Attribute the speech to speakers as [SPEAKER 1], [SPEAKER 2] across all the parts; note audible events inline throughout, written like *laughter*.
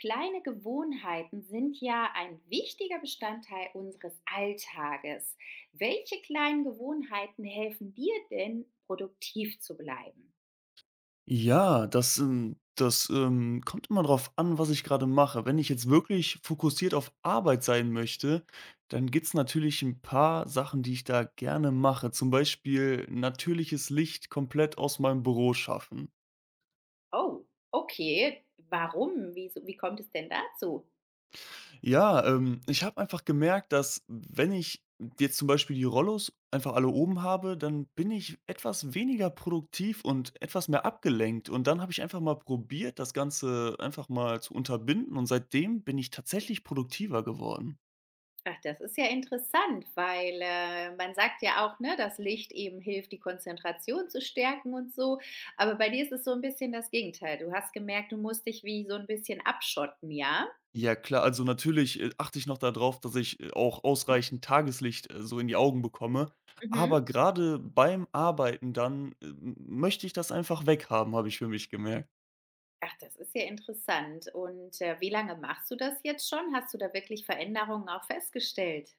[SPEAKER 1] Kleine Gewohnheiten sind ja ein wichtiger Bestandteil unseres Alltages. Welche kleinen Gewohnheiten helfen dir denn, produktiv zu bleiben?
[SPEAKER 2] Ja, das kommt immer drauf an, was ich gerade mache. Wenn ich jetzt wirklich fokussiert auf Arbeit sein möchte, dann gibt's natürlich ein paar Sachen, die ich da gerne mache. Zum Beispiel natürliches Licht komplett aus meinem Büro schaffen.
[SPEAKER 1] Oh, okay. Warum? Wieso, wie kommt es denn dazu?
[SPEAKER 2] Ja, ich habe einfach gemerkt, dass wenn ich jetzt zum Beispiel die Rollos einfach alle oben habe, dann bin ich etwas weniger produktiv und etwas mehr abgelenkt. Und dann habe ich einfach mal probiert, das Ganze einfach mal zu unterbinden. Und seitdem bin ich tatsächlich produktiver geworden.
[SPEAKER 1] Ach, das ist ja interessant, weil man sagt ja auch, ne, dass Licht eben hilft, die Konzentration zu stärken und so. Aber bei dir ist es so ein bisschen das Gegenteil. Du hast gemerkt, du musst dich wie so ein bisschen abschotten, ja?
[SPEAKER 2] Ja, klar, also natürlich achte ich noch darauf, dass ich auch ausreichend Tageslicht so in die Augen bekomme.
[SPEAKER 1] Mhm.
[SPEAKER 2] Aber gerade beim Arbeiten dann möchte ich das einfach weghaben, habe ich für mich gemerkt.
[SPEAKER 1] Ach, das ist ja interessant. Und, wie lange machst du das jetzt schon? Hast du da wirklich Veränderungen auch festgestellt?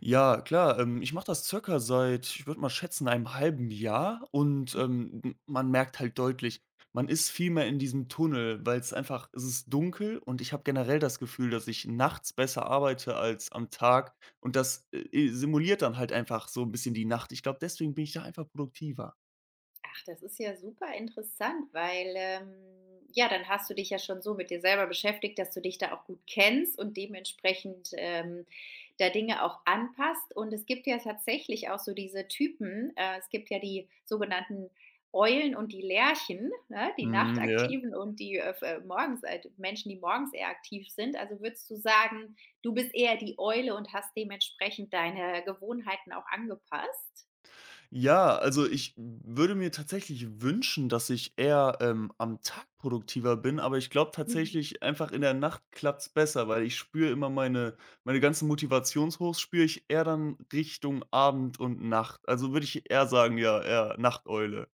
[SPEAKER 2] Ja, klar. Ich mache das circa seit, ich würde mal schätzen, einem halben Jahr, und m man merkt halt deutlich, man ist viel mehr in diesem Tunnel, weil es ist dunkel und ich habe generell das Gefühl, dass ich nachts besser arbeite als am Tag, und das, simuliert dann halt einfach so ein bisschen die Nacht. Ich glaube, deswegen bin ich da einfach produktiver.
[SPEAKER 1] Ach, das ist ja super interessant, weil, ja, dann hast du dich ja schon so mit dir selber beschäftigt, dass du dich da auch gut kennst und dementsprechend, da Dinge auch anpasst. Und es gibt ja tatsächlich auch so diese Typen. Es gibt ja die sogenannten Eulen und die Lerchen, ne, die
[SPEAKER 2] Mhm, ja.
[SPEAKER 1] Nachtaktiven und die, f morgens Menschen, die morgens eher aktiv sind. Also würdest du sagen, du bist eher die Eule und hast dementsprechend deine Gewohnheiten auch angepasst?
[SPEAKER 2] Ja, also ich würde mir tatsächlich wünschen, dass ich eher, am Tag produktiver bin, aber ich glaube tatsächlich, einfach in der Nacht klappt's besser, weil ich spüre immer meine ganzen Motivationshochs spüre ich eher dann Richtung Abend und Nacht. Also würde ich eher sagen, ja, eher Nachteule.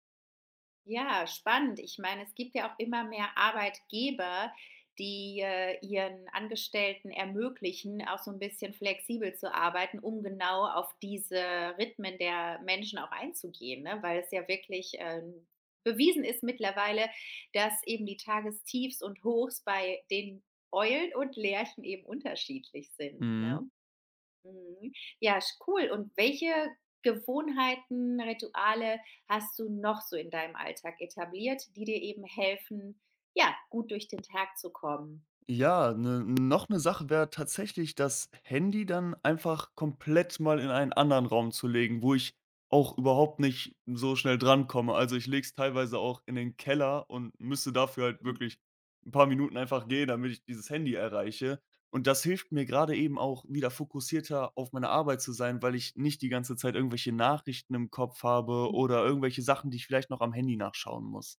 [SPEAKER 1] Ja, spannend. Ich meine, es gibt ja auch immer mehr Arbeitgeber, die ihren Angestellten ermöglichen, auch so ein bisschen flexibel zu arbeiten, um genau auf diese Rhythmen der Menschen auch einzugehen, ne? Weil es ja wirklich, bewiesen ist mittlerweile, dass eben die Tagestiefs und Hochs bei den Eulen und Lerchen eben unterschiedlich sind,
[SPEAKER 2] Mhm.
[SPEAKER 1] ne? Mhm. Ja, sch cool. Und welche Gewohnheiten, Rituale hast du noch so in deinem Alltag etabliert, die dir eben helfen, ja, gut durch den Tag zu kommen?
[SPEAKER 2] Ja, 'ne noch eine Sache wäre tatsächlich, das Handy dann einfach komplett mal in einen anderen Raum zu legen, wo ich auch überhaupt nicht so schnell drankomme. Also, ich lege es teilweise auch in den Keller und müsste dafür halt
[SPEAKER 1] Mhm.
[SPEAKER 2] wirklich ein paar Minuten einfach gehen, damit ich dieses Handy erreiche. Und das hilft mir gerade eben auch, wieder fokussierter auf meine Arbeit zu sein, weil ich nicht die ganze Zeit irgendwelche Nachrichten im Kopf habe oder
[SPEAKER 1] Mhm.
[SPEAKER 2] irgendwelche Sachen, die ich vielleicht noch am Handy nachschauen muss.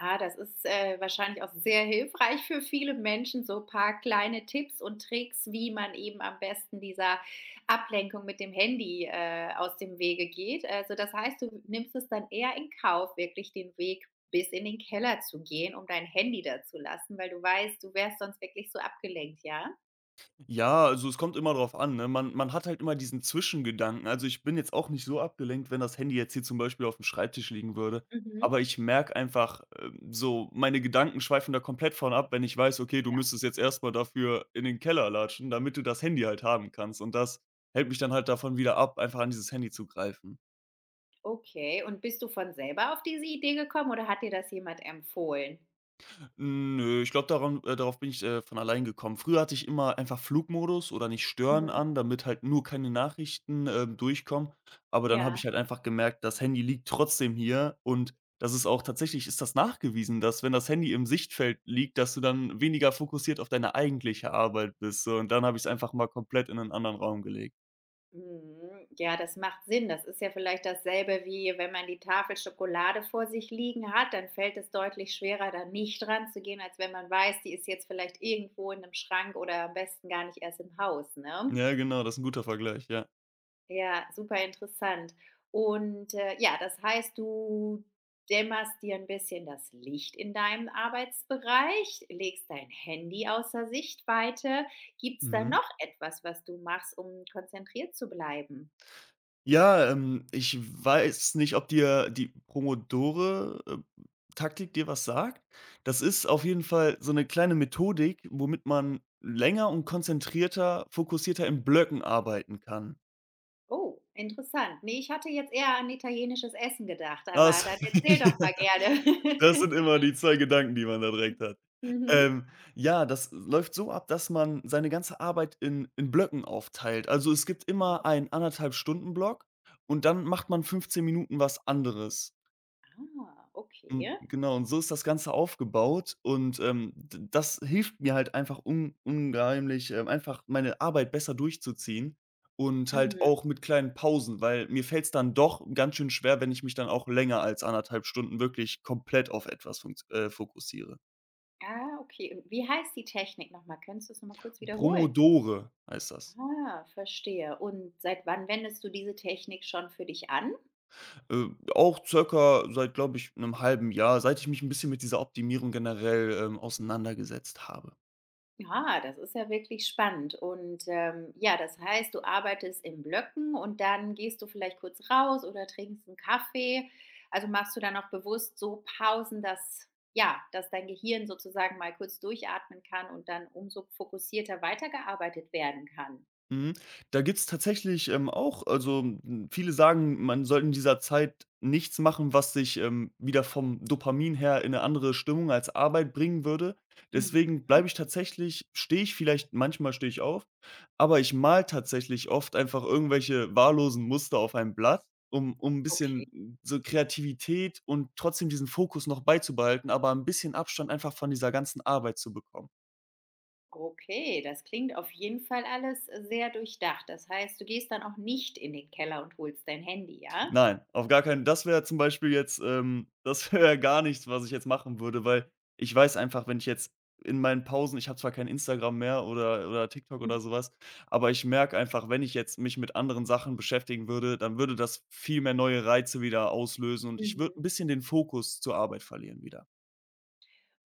[SPEAKER 1] Ah, das ist, wahrscheinlich auch sehr hilfreich für viele Menschen, so ein paar kleine Tipps und Tricks, wie man eben am besten dieser Ablenkung mit dem Handy, aus dem Wege geht. Also, das heißt, du nimmst es dann eher in Kauf, wirklich den Weg bis in den Keller zu gehen, um dein Handy da zu lassen, weil du weißt, du wärst sonst wirklich so abgelenkt, ja?
[SPEAKER 2] Ja, also es kommt immer drauf an, ne? Man hat halt immer diesen Zwischengedanken. Also, ich bin jetzt auch nicht so abgelenkt, wenn das Handy jetzt hier zum Beispiel auf dem Schreibtisch liegen würde.
[SPEAKER 1] Mhm.
[SPEAKER 2] Aber ich merke einfach, so meine Gedanken schweifen da komplett von ab, wenn ich weiß: „Okay, du müsstest jetzt erst mal dafür in den Keller latschen, damit du das Handy halt haben kannst.“ Und das hält mich dann halt davon wieder ab, einfach an dieses Handy zu greifen.
[SPEAKER 1] Okay, und bist du von selber auf diese Idee gekommen oder hat dir das jemand empfohlen?
[SPEAKER 2] Nö, ich glaube, daran darauf bin ich, von allein gekommen. Früher hatte ich immer einfach Flugmodus oder nicht stören
[SPEAKER 1] Mhm.
[SPEAKER 2] an, damit halt nur keine Nachrichten, durchkommen. Aber dann habe ich
[SPEAKER 1] Ja.
[SPEAKER 2] halt einfach gemerkt, das Handy liegt trotzdem hier, und das ist auch tatsächlich, ist das nachgewiesen, dass wenn das Handy im Sichtfeld liegt, dass du dann weniger fokussiert auf deine eigentliche Arbeit bist, so. Und dann habe ich es einfach mal komplett in einen anderen Raum gelegt.
[SPEAKER 1] Mhm. Ja, das macht Sinn. Das ist ja vielleicht dasselbe wie, wenn man die Tafel Schokolade vor sich liegen hat, dann fällt es deutlich schwerer, da nicht dran zu gehen, als wenn man weiß, die ist jetzt vielleicht irgendwo in einem Schrank oder am besten gar nicht erst im Haus, ne?
[SPEAKER 2] Ja, genau, das ist ein guter Vergleich, ja.
[SPEAKER 1] Ja, super interessant. Und, ja, das heißt, du dämmerst dir ein bisschen das Licht in deinem Arbeitsbereich, legst dein Handy außer Sichtweite. Gibt es da
[SPEAKER 2] Mhm.
[SPEAKER 1] noch etwas, was du machst, um konzentriert zu bleiben?
[SPEAKER 2] Ja, ich weiß nicht, ob dir die promodore taktik dir was sagt. Das ist auf jeden Fall so eine kleine Methodik, womit man länger und konzentrierter, fokussierter in Blöcken arbeiten kann.
[SPEAKER 1] Oh, interessant. Ne, ich hatte jetzt eher an italienisches Essen gedacht, aber
[SPEAKER 2] Das
[SPEAKER 1] dann *laughs*
[SPEAKER 2] *laughs*
[SPEAKER 1] erzähl doch
[SPEAKER 2] ja,
[SPEAKER 1] mal gerne.
[SPEAKER 2] das sind immer
[SPEAKER 1] *laughs*
[SPEAKER 2] die 2 Gedanken, die man da direkt hat.
[SPEAKER 1] Mhm.
[SPEAKER 2] Ähm, ja, das läuft so ab, dass man seine ganze Arbeit in Blöcken aufteilt. Also, es gibt
[SPEAKER 1] Mhm.
[SPEAKER 2] immer einen anderthalb Stunden-Block, und dann macht man 15 Minuten was anderes.
[SPEAKER 1] Ah, okay.
[SPEAKER 2] Genau, und so ist das Ganze aufgebaut, und d das hilft mir halt einfach un unheimlich, einfach meine Arbeit besser durchzuziehen und halt
[SPEAKER 1] Mhm.
[SPEAKER 2] auch mit kleinen Pausen, weil mir fällt es dann doch ganz schön schwer, wenn ich mich dann auch länger als anderthalb Stunden wirklich komplett auf etwas funkt fokussiere.
[SPEAKER 1] Ah, okay. Und wie heißt die Technik nochmal? Mal? Könntest du's noch mal kurz wiederholen?
[SPEAKER 2] Promodore heißt das.
[SPEAKER 1] Ah, verstehe. Und seit wann wendest du diese Technik schon für dich an?
[SPEAKER 2] Äh, Auch circa seit, glaube ich, einem halben Jahr, seit ich mich ein bisschen mit dieser Optimierung generell, auseinandergesetzt habe.
[SPEAKER 1] Ja, das ist ja wirklich spannend. Und ja, das heißt, du arbeitest in Blöcken und dann gehst du vielleicht kurz raus oder trinkst einen Kaffee. Also machst du dann auch bewusst so Pausen, dass ja, dass dein Gehirn sozusagen mal kurz durchatmen kann und dann umso fokussierter weitergearbeitet werden kann.
[SPEAKER 2] Mhm. Da gibt's tatsächlich, auch, also, hm, viele sagen, man soll in dieser Zeit nichts machen, was sich wieder vom Dopamin her in eine andere Stimmung als Arbeit bringen würde. Deswegen
[SPEAKER 1] Mhm.
[SPEAKER 2] bleibe ich tatsächlich stehe ich vielleicht manchmal, stehe ich auf, aber ich male tatsächlich oft einfach irgendwelche wahllosen Muster auf ein Blatt, um ein
[SPEAKER 1] Okay.
[SPEAKER 2] bisschen so Kreativität und trotzdem diesen Fokus noch beizubehalten, aber ein bisschen Abstand einfach von dieser ganzen Arbeit zu bekommen.
[SPEAKER 1] Okay, das klingt auf jeden Fall alles sehr durchdacht. Das heißt, du gehst dann auch nicht in den Keller und holst dein Handy, ja?
[SPEAKER 2] Nein, auf gar keinen, das wäre zum Beispiel jetzt das *laughs* wäre gar nichts, was ich jetzt machen würde, weil ich weiß einfach, wenn ich jetzt in meinen Pausen, ich habe zwar kein Instagram mehr oder TikTok oder
[SPEAKER 1] Mhm.
[SPEAKER 2] sowas, aber ich merke einfach, wenn ich jetzt mich mit anderen Sachen beschäftigen würde, dann würde das viel mehr neue Reize wieder auslösen, und ich
[SPEAKER 1] Mhm.
[SPEAKER 2] würde ein bisschen den Fokus zur Arbeit verlieren wieder.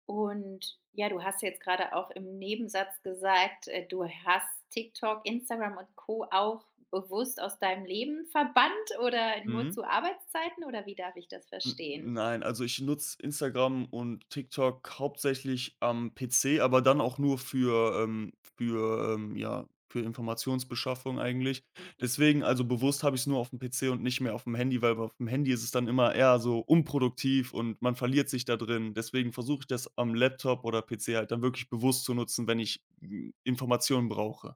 [SPEAKER 1] Und ja, du hast jetzt gerade auch im Nebensatz gesagt, du hast TikTok, Instagram und Co. auch bewusst aus deinem Leben verbannt oder nur
[SPEAKER 2] Mhm.
[SPEAKER 1] zu Arbeitszeiten oder wie darf ich das
[SPEAKER 2] N
[SPEAKER 1] verstehen?
[SPEAKER 2] Nein, also ich nutze Instagram und TikTok hauptsächlich am PC, aber dann auch nur für, ja, für Informationsbeschaffung eigentlich.
[SPEAKER 1] Hm.
[SPEAKER 2] Deswegen, also bewusst habe ich es nur auf auf'm PC und nicht mehr auf dem Handy, weil auf dem Handy ist es dann immer eher so unproduktiv, und man verliert sich da drin. Deswegen versuche ich das am Laptop oder PC halt dann wirklich bewusst zu nutzen, wenn ich, hm, Informationen brauche.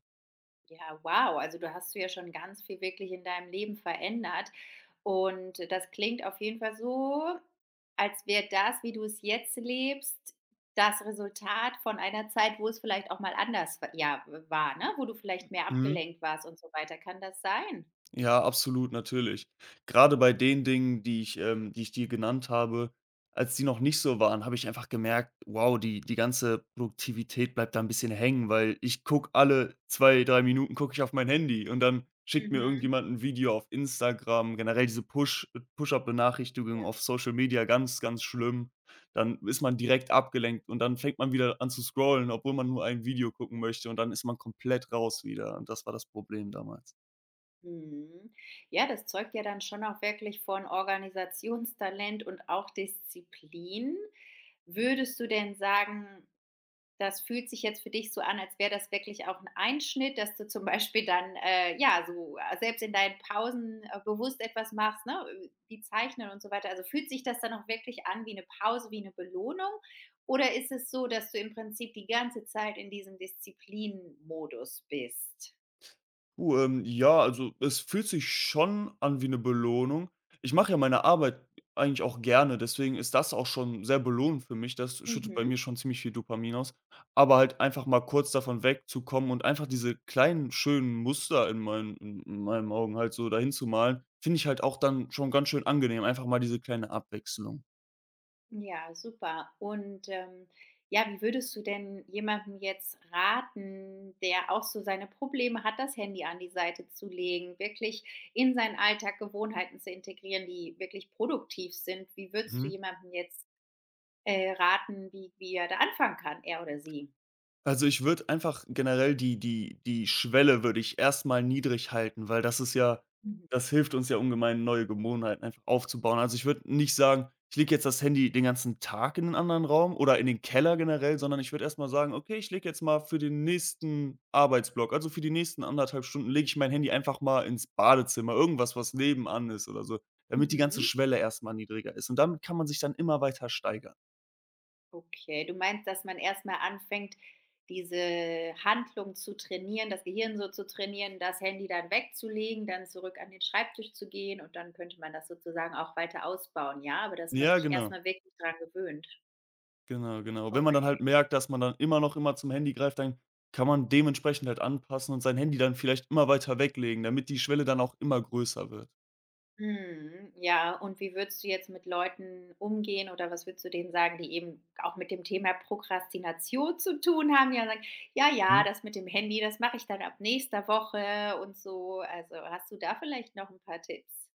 [SPEAKER 1] Ja, wow. Also du hast du ja schon ganz viel wirklich in deinem Leben verändert. Und das klingt auf jeden Fall so, als wäre das, wie du es jetzt lebst, das Resultat von einer Zeit, wo es vielleicht auch mal anders ja, war, ne? Wo du vielleicht mehr
[SPEAKER 2] Mhm.
[SPEAKER 1] abgelenkt warst und so weiter. Kann das sein?
[SPEAKER 2] Ja, absolut, natürlich. Gerade bei den Dingen, die ich dir genannt habe, als die noch nicht so waren, habe ich einfach gemerkt: Wow, die ganze Produktivität bleibt da ein bisschen hängen, weil ich gucke alle zwei, 3 Minuten, gucke ich auf mein Handy, und dann schickt mir
[SPEAKER 1] Mhm.
[SPEAKER 2] irgendjemand ein Video auf Instagram. Generell diese
[SPEAKER 1] Ja.
[SPEAKER 2] Push-Up-Benachrichtigungen auf Social Media, ganz, ganz schlimm. Dann ist man direkt abgelenkt, und dann fängt man wieder an zu scrollen, obwohl man nur ein Video gucken möchte, und dann ist man komplett raus wieder, und das war das Problem damals.
[SPEAKER 1] Mhm. Ja, das zeugt ja dann schon auch wirklich von Organisationstalent und auch Disziplin. Würdest du denn sagen, das fühlt sich jetzt für dich so an, als wäre das wirklich auch ein Einschnitt, dass du zum Beispiel dann, ja, so selbst in deinen Pausen, bewusst etwas machst, ne, wie Zeichnen und so weiter. Also, fühlt sich das dann auch wirklich an wie eine Pause, wie eine Belohnung? Oder ist es so, dass du im Prinzip die ganze Zeit in diesem disziplin bist?
[SPEAKER 2] Du, ja, also es fühlt sich schon an wie eine Belohnung. Ich mache ja meine Arbeit eigentlich auch gerne, deswegen ist das auch schon sehr belohnend für mich. Das schüttet bei
[SPEAKER 1] Mhm.
[SPEAKER 2] mir schon ziemlich viel Dopamin aus. Aber halt einfach mal kurz davon wegzukommen und einfach diese kleinen schönen Muster in meinen in meinen Augen halt so dahin zu malen, finde ich halt auch dann schon ganz schön angenehm, einfach mal diese kleine Abwechslung.
[SPEAKER 1] Ja, super. Und ja, wie würdest du denn jemandem jetzt raten, der auch so seine Probleme hat, das Handy an die Seite zu legen, wirklich in seinen Alltag Gewohnheiten zu integrieren, die wirklich produktiv sind? Wie würdest du
[SPEAKER 2] Mhm.
[SPEAKER 1] jemandem jetzt raten, wie er da anfangen kann, er oder sie?
[SPEAKER 2] Also, ich würde einfach generell die Schwelle würde ich erstmal niedrig halten, weil das ist ja,
[SPEAKER 1] Mhm.
[SPEAKER 2] das hilft uns ja ungemein, neue Gewohnheiten einfach aufzubauen. Also, ich würde nicht sagen, ich lege jetzt das Handy den ganzen Tag in 'nen anderen Raum oder in den Keller generell, sondern ich würde erstmal sagen: „Okay, ich lege jetzt mal für den nächsten Arbeitsblock, also für die nächsten anderthalb Stunden lege ich mein Handy einfach mal ins Badezimmer, irgendwas, was nebenan ist oder so“, damit die ganze
[SPEAKER 1] Mhm.
[SPEAKER 2] Schwelle erstmal niedriger ist, und damit kann man sich dann immer weiter steigern.
[SPEAKER 1] Okay, du meinst, dass man erst mal anfängt, diese Handlung zu trainieren, das Gehirn so zu trainieren, das Handy dann wegzulegen, dann zurück an den Schreibtisch zu gehen und dann könnte man das sozusagen auch weiter ausbauen, ja? Aber dass man
[SPEAKER 2] Ja,
[SPEAKER 1] sich erst
[SPEAKER 2] genau.
[SPEAKER 1] mal wirklich dran gewöhnt.
[SPEAKER 2] Genau, genau. Wenn man dann
[SPEAKER 1] Okay.
[SPEAKER 2] halt merkt, dass man dann immer zum Handy greift, dann kann man dementsprechend halt anpassen und sein Handy dann vielleicht immer weiter weglegen, damit die Schwelle dann auch immer größer wird.
[SPEAKER 1] Mhm, ja, und wie würdest du jetzt mit Leuten umgehen oder was würdest du denen sagen, die eben auch mit dem Thema Prokrastination zu tun haben, ja, sagen: „Ja,
[SPEAKER 2] Hm?
[SPEAKER 1] ja, das mit dem Handy, das mache ich dann ab nächster Woche und so.“ Also, hast du da vielleicht noch ein paar Tipps?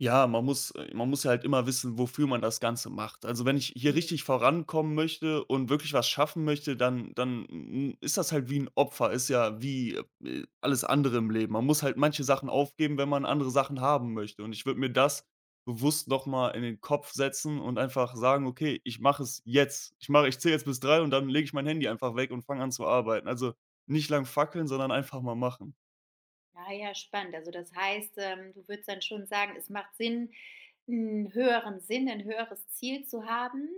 [SPEAKER 2] Ja, man muss ja halt immer wissen, wofür man das Ganze macht. Also, wenn ich hier
[SPEAKER 1] Mhm.
[SPEAKER 2] richtig vorankommen möchte und wirklich was schaffen möchte, dann dann m ist das halt wie ein Opfer, ist ja wie, alles andere im Leben. Man muss halt manche Sachen aufgeben, wenn man andere Sachen haben möchte. Und ich würde mir das bewusst noch mal in den Kopf setzen und einfach sagen: „Okay, ich mache es jetzt. Ich zähle jetzt bis 3 und dann lege ich mein Handy einfach weg und fange an zu arbeiten.“ Also, nicht lang fackeln, sondern einfach mal machen.
[SPEAKER 1] Ah ja, spannend. Also das heißt, du würdest dann schon sagen, es macht Sinn, einen höheren Sinn, ein höheres Ziel zu haben,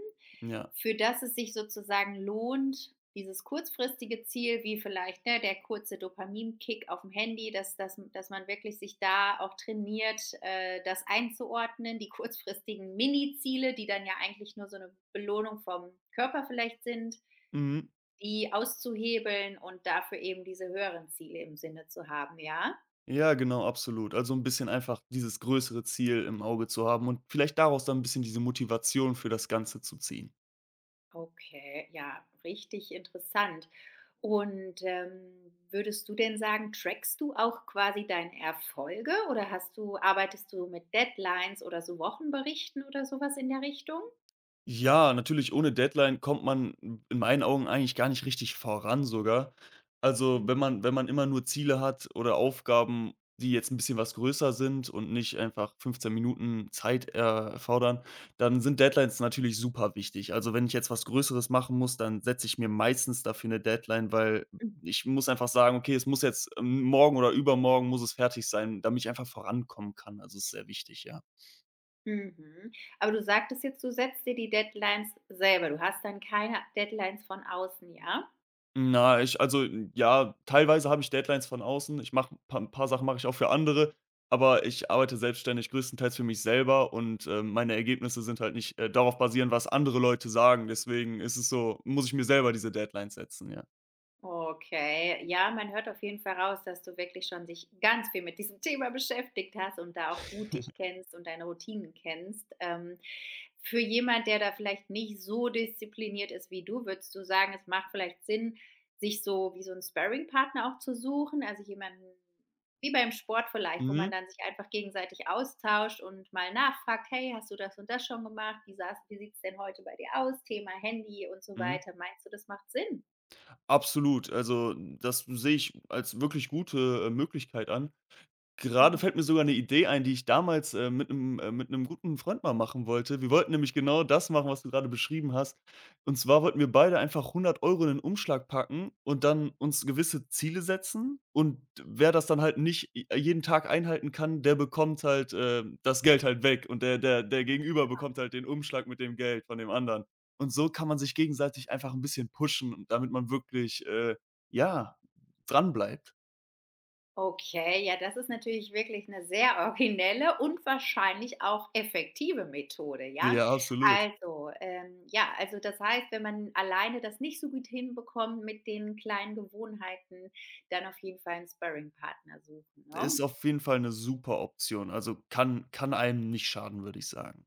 [SPEAKER 2] Ja.
[SPEAKER 1] für das es sich sozusagen lohnt, dieses kurzfristige Ziel, wie vielleicht, ne, der kurze Dopaminkick auf dem Handy, dass dass man wirklich sich da auch trainiert, das einzuordnen, die kurzfristigen Miniziele, die dann ja eigentlich nur so eine Belohnung vom Körper vielleicht sind,
[SPEAKER 2] Mhm.
[SPEAKER 1] die auszuhebeln und dafür eben diese höheren Ziele im Sinne zu haben, ja?
[SPEAKER 2] Ja, genau, absolut. Also ein bisschen einfach dieses größere Ziel im Auge zu haben und vielleicht daraus dann ein bisschen diese Motivation für das Ganze zu ziehen.
[SPEAKER 1] Okay, ja, richtig interessant. Und, würdest du denn sagen, trackst du auch quasi deine Erfolge oder hast du arbeitest du mit Deadlines oder so Wochenberichten oder sowas in der Richtung?
[SPEAKER 2] Ja, natürlich ohne Deadline kommt man in meinen Augen eigentlich gar nicht richtig voran sogar. Also, wenn
[SPEAKER 1] Mhm,
[SPEAKER 2] man, immer nur Ziele hat oder Aufgaben, die jetzt ein bisschen was größer sind und nicht einfach 15 Minuten Zeit erfordern, dann sind Deadlines natürlich super wichtig. Also, wenn ich jetzt was Größeres machen muss, dann setze ich mir meistens dafür eine Deadline, weil ich muss einfach sagen: „Okay, es muss jetzt, morgen oder übermorgen muss es fertig sein“, damit ich einfach vorankommen kann. Also, es ist sehr wichtig, ja.
[SPEAKER 1] mhm. Aber du sagtest jetzt, du setzt dir die Deadlines selber. Du hast dann keine Deadlines von außen, ja?
[SPEAKER 2] Na, ich also, ja, teilweise habe ich Deadlines von außen. Ich mache pa 'N paar Sachen mache ich auch für andere, aber ich arbeite selbstständig größtenteils für mich selber, und meine Ergebnisse sind halt nicht, darauf basieren, was andere Leute sagen. Deswegen ist es so, muss ich mir selber diese Deadlines setzen, ja.
[SPEAKER 1] Okay, ja, man hört auf jeden Fall raus, dass du wirklich schon dich ganz viel mit diesem *laughs* Thema beschäftigt hast und da auch gut dich
[SPEAKER 2] *laughs*
[SPEAKER 1] kennst und deine Routinen kennst. Für jemand, der da vielleicht nicht so diszipliniert ist wie du, würdest du sagen, es macht vielleicht Sinn, sich so wie so 'n Sparringpartner auch zu suchen, also jemanden wie beim Sport vielleicht, wo man
[SPEAKER 2] Mhm,
[SPEAKER 1] dann sich einfach gegenseitig austauscht und mal nachfragt: „Hey, hast du das und das schon gemacht? Wie sieht es denn heute bei dir aus?“ Thema Handy und so
[SPEAKER 2] mhm.
[SPEAKER 1] weiter. Meinst du, das macht Sinn?
[SPEAKER 2] Absolut. Also, das sehe ich als wirklich gute, Möglichkeit an. Gerade
[SPEAKER 1] Mhm.
[SPEAKER 2] fällt mir sogar eine Idee ein, die ich damals, mit einem mit 'nem guten Freund mal machen wollte. Wir wollten nämlich genau das machen, was du gerade beschrieben hast. Und zwar wollten wir beide einfach 100 Euro in 'nen Umschlag packen und dann uns gewisse Ziele setzen. Und wer das dann halt nicht i jeden Tag einhalten kann, der bekommt halt, das Geld halt weg, und der Gegenüber bekommt halt den Umschlag mit dem Geld von dem anderen. Und so kann man sich gegenseitig einfach 'n bisschen pushen, damit man wirklich, ja, dranbleibt.
[SPEAKER 1] Okay, ja, das ist natürlich wirklich eine sehr originelle und wahrscheinlich auch effektive Methode, ja?
[SPEAKER 2] Ja, absolut.
[SPEAKER 1] Also, ja, also, das heißt, wenn man alleine das nicht so gut hinbekommt mit den kleinen Gewohnheiten, dann auf jeden Fall 'n Sparringpartner suchen, ne?
[SPEAKER 2] Ist auf jeden Fall 'ne super Option. Also, kann einem nicht schaden, würde ich sagen.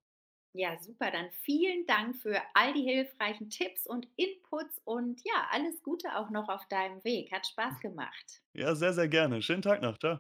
[SPEAKER 1] Ja, super, dann vielen Dank für all die hilfreichen Tipps und Inputs und ja, alles Gute auch noch auf deinem Weg. Hat Spaß gemacht.
[SPEAKER 2] Ja, sehr, sehr gerne. Schönen Tag noch. Tschau.